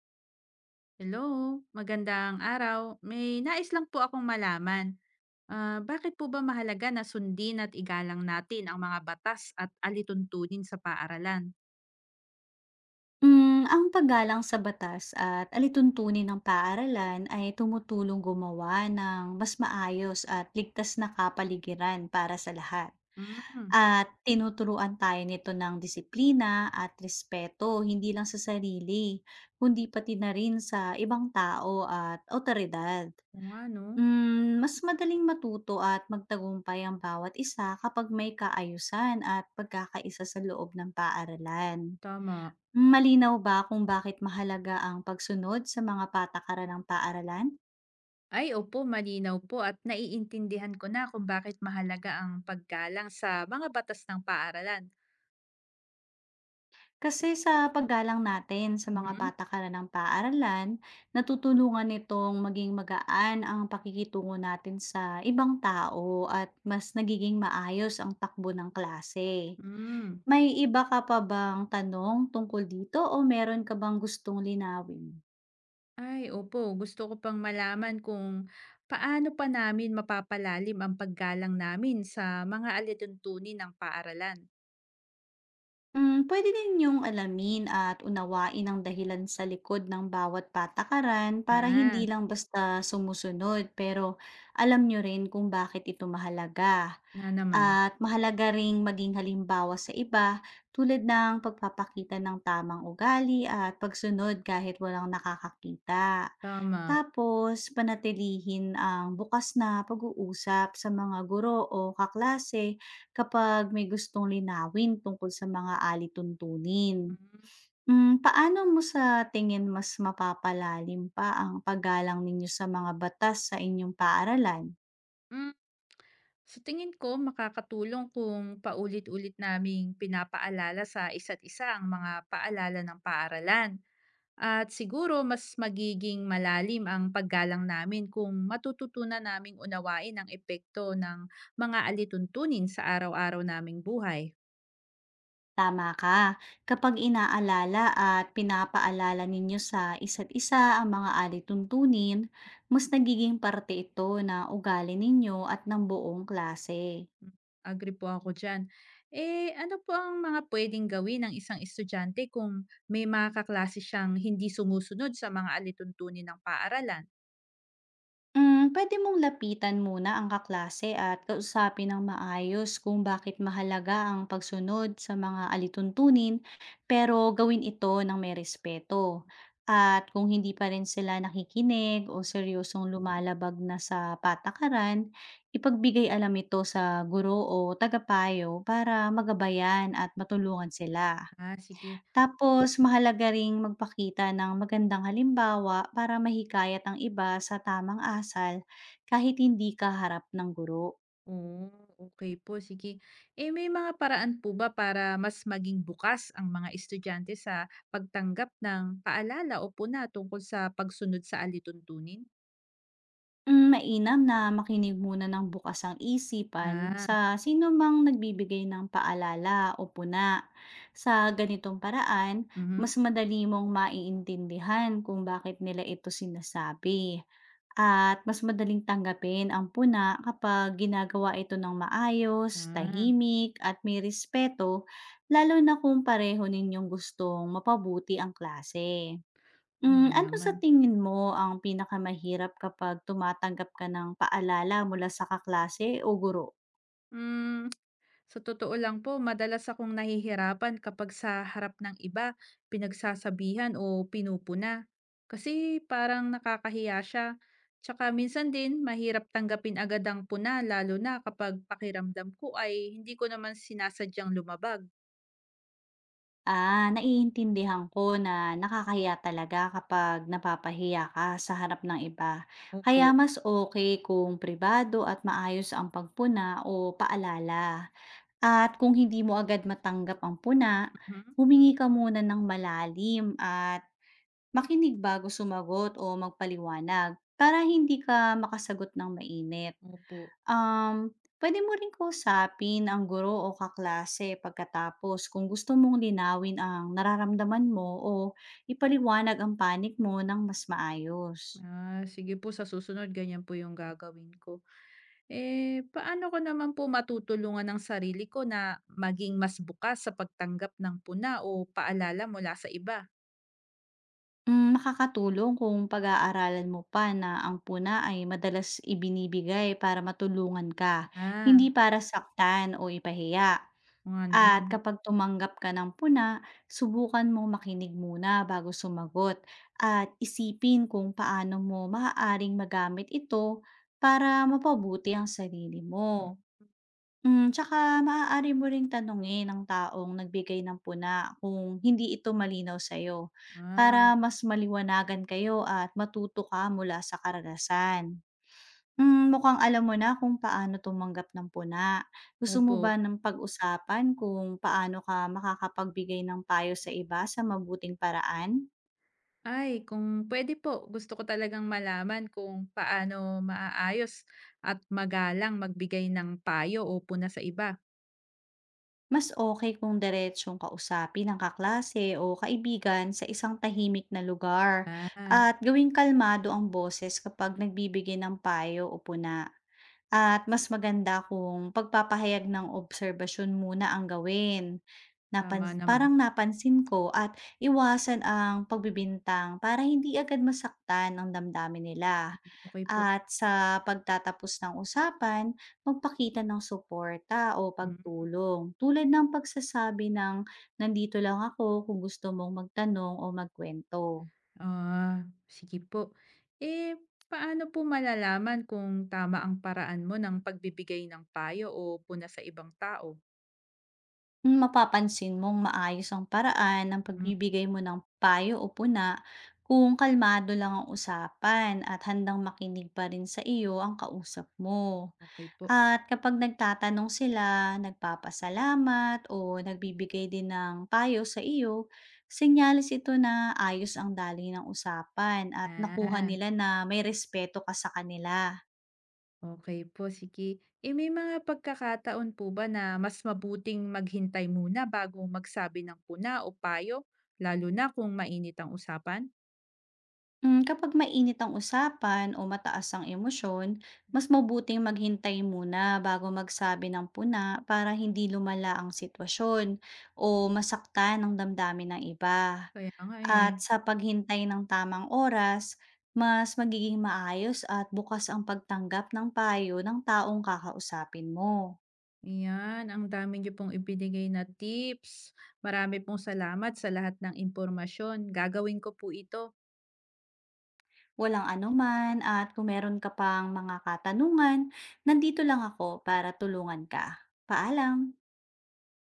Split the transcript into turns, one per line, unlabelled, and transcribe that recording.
Hello, magandang araw. May nais lang po akong malaman. Bakit po ba mahalaga na sundin at igalang natin ang mga batas at alituntunin sa paaralan?
Ang paggalang sa batas at alituntunin ng paaralan ay tumutulong gumawa ng mas maayos at ligtas na kapaligiran para sa lahat.
Hmm,
At tinuturuan tayo nito ng disiplina at respeto, hindi lang sa sarili, kundi pati na rin sa ibang tao at otoridad.
oo nga no.
Mas madaling matuto at magtagumpay ang bawat isa kapag may kaayusan at pagkakaisa sa loob ng paaralan.
Tama.
Malinaw ba kung bakit mahalaga ang pagsunod sa mga patakaran ng paaralan?
Opo, malinaw po at naiintindihan ko na kung bakit mahalaga ang paggalang sa mga batas ng paaralan.
Kasi sa paggalang natin sa mga
Mhm.
patakaran ng paaralan, natutulungan nitong maging magaan ang pakikitungo natin sa ibang tao at mas nagiging maayos ang takbo ng klase.
Hmm.
May iba ka pa bang tanong tungkol dito o meron ka bang gustong linawin?
Opo. Gusto ko pang malaman kung paano pa namin mapapalalim ang paggalang namin sa mga alituntunin ng paaralan.
Puwede din niyong alamin at unawain ang dahilan sa likod ng bawat patakaran para hindi
Ah,
lang basta sumusunod, pero alam niyo rin kung bakit ito mahalaga.
Nga naman.
At mahalaga ring maging halimbawa sa iba, tulad ng pagpapakita ng tamang ugali at pagsunod kahit walang nakakakita.
Tama.
Tapos panatilihin ang bukas na pag-uusap sa mga guro o kaklase kapag may gustong linawin tungkol sa mga alituntunin.
Mm.
Paano mo sa tingin mas mapapalalim pa ang paggalang ninyo sa mga batas sa inyong paaralan?
Mm. Sa tingin ko, makakatulong kung paulit-ulit naming pinapaalala sa isa't isa ang mga paalala ng paaralan. At siguro mas magiging malalim ang paggalang namin kung matututunan naming unawain ang epekto ng mga alituntunin sa araw-araw naming buhay.
Tama ka, kapag inaalala at pinapaalala ninyo sa isa't isa ang mga alituntunin, mas nagiging parte ito na ugali ninyo at ng buong klase.
Mm, agree po ako dyan. Ano po ang mga pwedeng gawin ng isang estudyante kung may mga kaklase siyang hindi sumusunod sa mga alituntunin ng paaralan?
Puwede mong lapitan muna ang kaklase at kausapin ng maayos kung bakit mahalaga ang pagsunod sa mga alituntunin, pero gawin ito ng may respeto. At kung hindi pa rin sila nakikinig o seryosong lumalabag na sa patakaran, ipagbigay alam ito sa guro o tagapayo para magabayan at matulungan sila.
Sige.
Tapos mahalaga ring magpakita ng magandang halimbawa para mahikayat ang iba sa tamang asal, kahit hindi ka harap ng guro.
Oh, okay po, sige. May mga paraan po ba para mas maging bukas ang mga estudyante sa pagtanggap ng paalala o puna tungkol sa pagsunod sa alituntunin?
Mainam na makinig muna ng bukas ang isipan
Ah,
sa sino mang nagbibigay ng paalala o puna. Sa ganitong paraan,
mhm.
mas madali mong maiintindihan kung bakit nila ito sinasabi. At mas madaling tanggapin ang puna kapag ginagawa ito ng maayos,
Ah,
tahimik, at may respeto, lalo na kung pareho ninyong gustong mapabuti ang klase.
nga
Ano
naman.
sa tingin mo ang pinakamahirap kapag tumatanggap ka ng paalala mula sa kaklase o guro?
Hmm. Sa totoo lang po, madalas akong nahihirapan kapag sa harap ng iba, pinagsasabihan o pinupuna. Kasi parang nakakahiya siya. Tsaka minsan din, mahirap tanggapin agad ang puna, lalo na kapag pakiramdam ko ay hindi ko naman sinasadyang lumabag.
Ah, naiintindihan ko, na nakakahiya talaga kapag napapahiya ka sa harap ng iba. Kaya
Opo.
mas okay kung pribado at maayos ang pagpuna o paalala. At kung hindi mo agad matanggap ang puna,
Mhm.
humingi ka muna ng malalim at makinig bago sumagot o magpaliwanag, para hindi ka makasagot ng mainit.
Opo.
Um, Puwede mo ring kausapin ang guro o kaklase pagkatapos kung gusto mong linawin ang nararamdaman mo o ipaliwanag ang panik mo ng mas maayos.
Sige po, sa susunod, ganyan po yung gagawin ko. Paano ko naman po matutulungan ang sarili ko na maging mas bukas sa pagtanggap ng puna o paalala mula sa iba?
Makakatulong kung pag-aaralan mo pa na ang puna ay madalas ibinibigay para matulungan ka,
Ah,
hindi para saktan o ipahiya.
oo nga
At
naman.
kapag tumanggap ka ng puna, subukan mong makinig muna bago sumagot at isipin kung paano mo maaaring magamit ito para mapabuti ang sarili mo.
Mm.
Tsaka maaari mo ring tanungin ang taong nagbigay ng puna kung hindi ito malinaw sa'yo, para
Ah,
mas maliwanagan kayo at matuto ka mula sa karanasan. Mukhang alam mo na kung paano tumanggap ng puna. Gusto mo
opo.
ba ng pag-usapan kung paano ka makakapagbigay ng payo sa iba sa mabuting paraan?
Kung pwede po, gusto ko talagang malaman kung paano maaayos at magalang magbigay ng payo o puna sa iba.
Mas okay kung diretsong kausapin ng kaklase o kaibigan sa isang tahimik na lugar
Ah,
at gawing kalmado ang boses kapag nagbibigay ng payo o puna. At mas maganda kung pagpapahayag ng obserbasyon muna ang gawin.
tama naman.
Parang napansin ko at iwasan ang pagbibintang para hindi agad masaktan ang damdamin nila.
Okay po.
At sa pagtatapos ng usapan, magpakita ng suporta o
Mm.
pagtulong, tulad ng pagsasabi ng, nandito lang ako kung gusto mong magtanong o magkwento.
Ah, Sige po. Eh, Paano po malalaman kung tama ang paraan mo ng pagbibigay ng payo o puna sa ibang tao?
Mapapansin mong maayos ang paraan ng
Hmm,
pagbibigay mo ng payo o puna kung kalmado lang ang usapan at handang makinig pa rin sa iyo ang kausap mo.
okey po.
At kapag nagtatanong sila, nagpapasalamat o nagbibigay din ng payo sa iyo, senyales ito na ayos ang daloy ng usapan at nakuha
Ah,
nila na may respeto ka sa kanila.
okay po, sige. May mga pagkakataon po ba na mas mabuting maghintay muna bago magsabi ng puna o payo, lalo na kung mainit ang usapan?
Kapag mainit ang usapan o mataas ang emosyon, mas mabuting maghintay muna bago magsabi ng puna para hindi lumala ang sitwasyon o masaktan ang damdamin ng iba.
Kaya nga,
At
eh.
sa paghintay ng tamang oras, mas magiging maayos at bukas ang pagtanggap ng payo ng taong kakausapin mo.
Ayan, ang dami niyo pong ibinigay na tips. Marami pong salamat sa lahat ng impormasyon. Gagawin ko po ito.
Walang anuman, at kung meron ka pang mga katanungan, nandito lang ako para tulungan ka. Paalam!